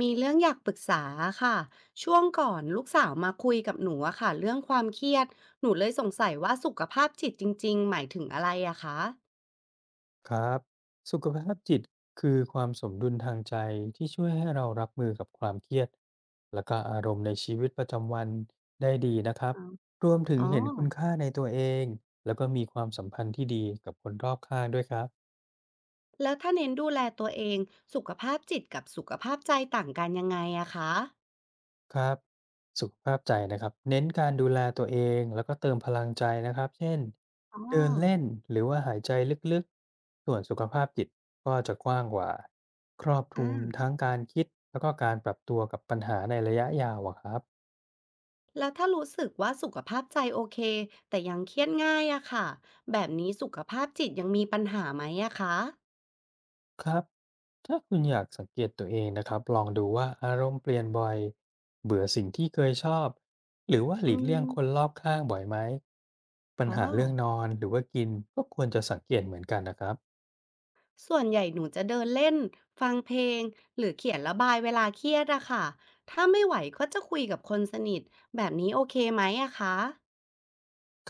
มีเรื่องอยากปรึกษาค่ะช่วงก่อนลูกสาวมาคุยกับหนูอะค่ะเรื่องความเครียดหนูเลยสงสัยว่าสุขภาพจิตจริงๆหมายถึงอะไรอะคะครับสุขภาพจิตคือความสมดุลทางใจที่ช่วยให้เรารับมือกับความเครียดและก็อารมณ์ในชีวิตประจำวันได้ดีนะครับอ๋อรวมถึงอ๋อเห็นคุณค่าในตัวเองแล้วก็มีความสัมพันธ์ที่ดีกับคนรอบข้างด้วยครับ แล้วถ้าเน้นดูแลตัวเองสุขภาพจิตกับสุขภาพใจต่างกันยังไงอะคะครับสุขภาพใจนะครับเน้นการดูแลตัวเองแล้วก็เติมพลังใจนะครับเช่นอ๋อเดินเล่นหรือว่าหายใจลึกๆส่วนสุขภาพจิตก็จะกว้างกว่าครอบคลุมอ่าทั้งการคิดแล้วก็การปรับตัวกับปัญหาในระยะยาวอะครับแล้วถ้ารู้สึกว่าสุขภาพใจโอเคแต่ยังเครียดง่ายอะค่ะแบบนี้สุขภาพจิตยังมีปัญหาไหมอะคะครับถ้าคุณอยากสังเกตตัวเองนะครับลองดูว่าอารมณ์เปลี่ยนบ่อยเบื่อสิ่งที่เคยชอบหรือว่าหอืลีกเลี่ยงมคนรอบข้างบ่อยไหมปัญอ๋อ หาเรื่องนอนหรือว่ากินก็ควรจะสังเกตเหมือนกันนะครับ ส่วนใหญ่หนูจะเดินเล่นฟังเพลงหรือเขียนระบายเวลาเครียดอะค่ะถ้าไม่ไหวก็จะคุยกับคนสนิทแบบนี้โอเคไหมอะคะ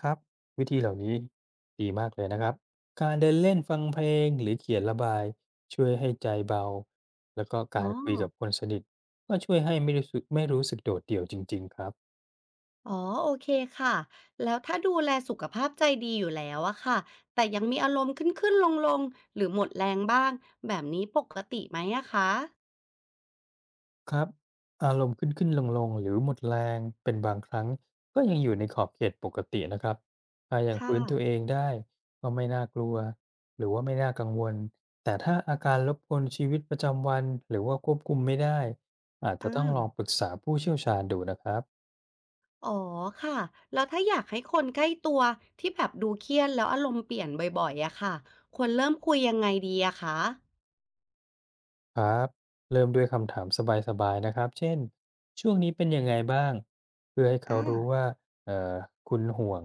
ครับวิธีเหล่านี้ดีมากเลยนะครับการเดินเล่นฟังเพลงหรือเขียนระบายช่วยให้ใจเบาแล้วก็อ๋กาอรคุยกับคนสนิทก็ช่วยให้ไม่รู้สึกโดดเดี่ยวจริงๆครับอ๋อโอเคค่ะแล้วถ้าดูแลสุขภาพใจดีอยู่แล้วอะค่ะแต่ยังมีอารมณ์ขึ้นขึ้นลงลงๆหรือหมดแรงบ้างแบบนี้ปกติไหมอะคะครับอารมณ์ขึ้นขึ้นลงลงหรือหมดแรงเป็นบางครั้งก็ยังอยู่ในขอบเขตปกตินะครับถ้ายังค่ะฟื้นตัวเองได้ก็ไม่น่ากลัวหรือว่าไม่น่ากังวลแต่ถ้าอาการรบกวนชีวิตประจำวันหรือว่าควบคุมไม่ได้อาจจะอาต้องลองปรึกษาผู้เชี่ยวชาญดูนะครับ อ๋อค่ะแล้วถ้าอยากให้คนใกล้ตัวที่แบบดูเครียดแล้วอารมณ์เปลี่ยนบ่อยๆอะค่ะควรเริ่มคุยยังไงดีอะคะครับเริ่มด้วยคำถามสบายๆนะครับเช่นช่วงนี้เป็นยังไงบ้างเพื่อให้เขาอา รู้ว่าเอ่อคุณห่วง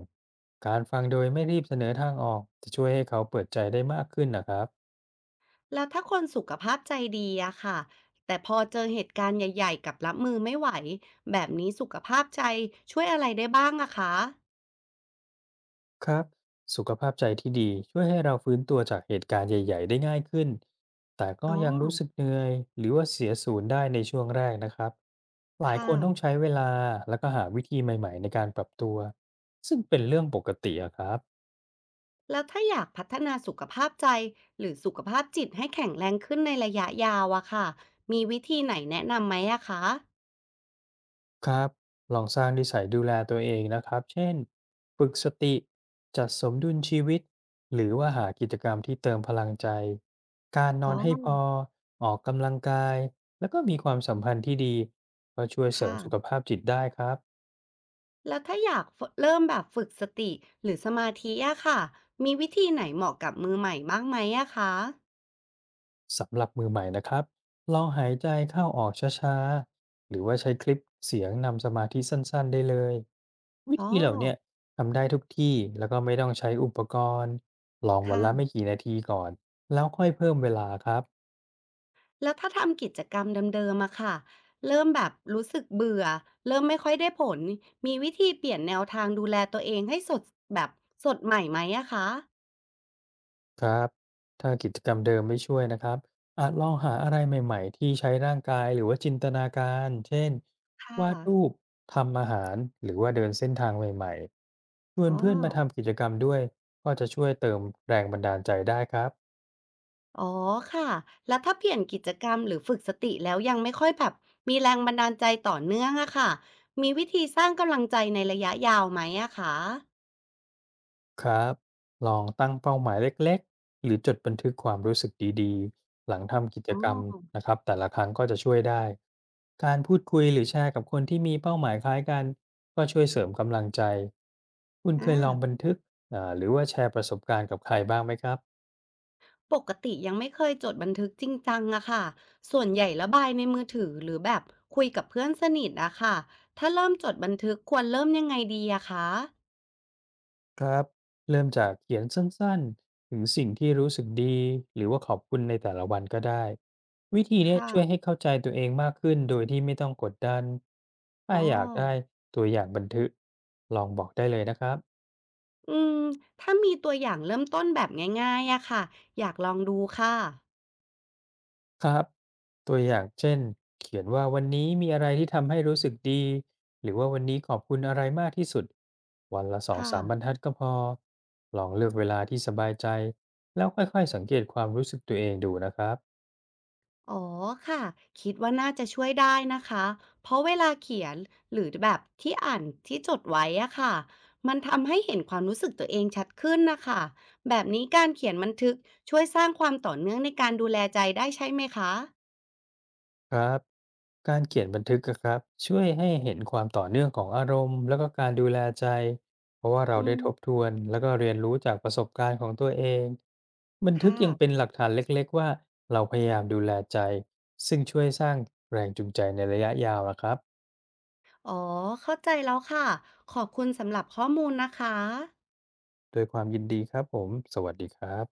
การฟังโดยไม่รีบเสนอทางออกจะช่วยให้เขาเปิดใจได้มากขึ้นนะครับแล้วถ้าคนสุขภาพใจดีอะค่ะแต่พอเจอเหตุการณ์ใหญ่ๆกับรับมือไม่ไหวแบบนี้สุขภาพใจช่วยอะไรได้บ้างอะคะครับสุขภาพใจที่ดีช่วยให้เราฟื้นตัวจากเหตุการณ์ใหญ่ๆได้ง่ายขึ้นแต่ก็อ๋ยังรู้อสึกเหนื่อยหรือว่าเสียศูนย์ได้ในช่วงแรกนะครับหลายค่ะคนต้องใช้เวลาแล้วก็หาวิธีใหม่ๆในการปรับตัวซึ่งเป็นเรื่องปกติอะครับ แล้วถ้าอยากพัฒนาสุขภาพใจหรือสุขภาพจิตให้แข็งแรงขึ้นในระยะยาวอะค่ะมีวิธีไหนแนะนำไหมอะคะครับ ลองสร้างนิสัยดูแลตัวเองนะครับ เช่น ฝึกสติ จัดสมดุลชีวิต หรือว่าหากิจกรรมที่เติมพลังใจ การนออ๋อนให้พอ ออกกำลังกาย แล้วก็มีความสัมพันธ์ที่ดี ก็ช่วยเสริมค่ะสุขภาพจิตได้ครับ แล้วถ้าอยากฝกเริ่มแบบฝึกสติหรือสมาธิอะค่ะมีวิธีไหนเหมาะกับมือใหม่บ้างไหมอะคะสำหรับมือใหม่นะครับลองหายใจเข้าออกช้าๆหรือว่าใช้คลิปเสียงนำสมาธิสั้นๆได้เลยวิอ๋อธีเหล่าเนี้ยทำได้ทุกที่แล้วก็ไม่ต้องใช้อุปกรณ์ลองวันละไม่ค่ะ กี่นาทีก่อนแล้วค่อยเพิ่มเวลาครับ แล้วถ้าทำกิจกรรมเดิมๆอะค่ะเริ่มแบบรู้สึกเบื่อเริ่มไม่ค่อยได้ผล มีวิธีเปลี่ยนแนวทางดูแลตัวเองให้สดแบบสดใหม่ไหมอะคะครับถ้ากิจกรรมเดิมไม่ช่วยนะครับอาจลองหาอะไรใหม่ๆที่ใช้ร่างกายหรือว่าจินตนาการเช่นค่ะวาดรูปทำอาหารหรือว่าเดินเส้นทางใหม่ๆชวนอ๋อเพื่อนมาทำกิจกรรมด้วยก็จะช่วยเติมแรงบันดาลใจได้ครับ อ๋อค่ะ แล้วถ้าเปลี่ยนกิจกรรมหรือฝึกสติแล้วยังไม่ค่อยแบบมีแรงบันดาลใจต่อเนื่องอะค่ะมีวิธีสร้างกำลังใจในระยะยาวไหมอะคะครับลองตั้งเป้าหมายเล็กๆหรือจดบันทึกความรู้สึกดีๆหลังทำกิจอ๋กรรมอนะครับแต่ละครั้งก็จะช่วยได้การพูดคุยหรือแชร์กับคนที่มีเป้าหมายคล้ายกันก็ช่วยเสริมกำลังใจคุณอเคยลองบัา นทึกหรือว่าแชร์ประสบการณ์กับใครบ้างไหมครับ ปกติยังไม่เคยจดบันทึกจริงจังอะค่ะส่วนใหญ่ระบายในมือถือหรือแบบคุยกับเพื่อนสนิทอะค่ะถ้าเริ่มจดบันทึกควรเริ่มยังไงดีอะคะครับเริ่มจากเขียนสั้นๆถึงสิ่งที่รู้สึกดีหรือว่าขอบคุณในแต่ละวันก็ได้วิธีเนี้ยค่ะช่วยให้เข้าใจตัวเองมากขึ้นโดยที่ไม่ต้องกดดันอ๋ถ้าออยากได้ตัวอย่างบันทึกลองบอกได้เลยนะครับอืมถ้ามีตัวอย่างเริ่มต้นแบบง่ายๆอะค่ะอยากลองดูค่ะครับตัวอย่างเช่นเขียนว่าวันนี้มีอะไรที่ทำให้รู้สึกดีหรือว่าวันนี้ขอบคุณอะไรมากที่สุดวันละสองค่ะ สามบรรทัดก็พอลองเลือกเวลาที่สบายใจแล้วค่อยๆสังเกตความรู้สึกตัวเองดูนะครับ อ๋อค่ะคิดว่าน่าจะช่วยได้นะคะเพราะเวลาเขียนหรือแบบที่อ่านที่จดไว้อะค่ะมันทำให้เห็นความรู้สึกตัวเองชัดขึ้นนะคะแบบนี้การเขียนบันทึกช่วยสร้างความต่อเนื่องในการดูแลใจได้ใช่ไหมคะครับการเขียนบันทึกอะครับช่วยให้เห็นความต่อเนื่องของอารมณ์แล้วก็การดูแลใจเพราะว่าเราอืได้มทบทวนแล้วก็เรียนรู้จากประสบการณ์ของตัวเองบันทึกค่ะยังเป็นหลักฐานเล็กๆว่าเราพยายามดูแลใจซึ่งช่วยสร้างแรงจูงใจในระยะยาวอะครับอ๋อเข้าใจแล้วค่ะขอบคุณสำหรับข้อมูลนะคะโดวยความยินดีครับผมสวัสดีครับ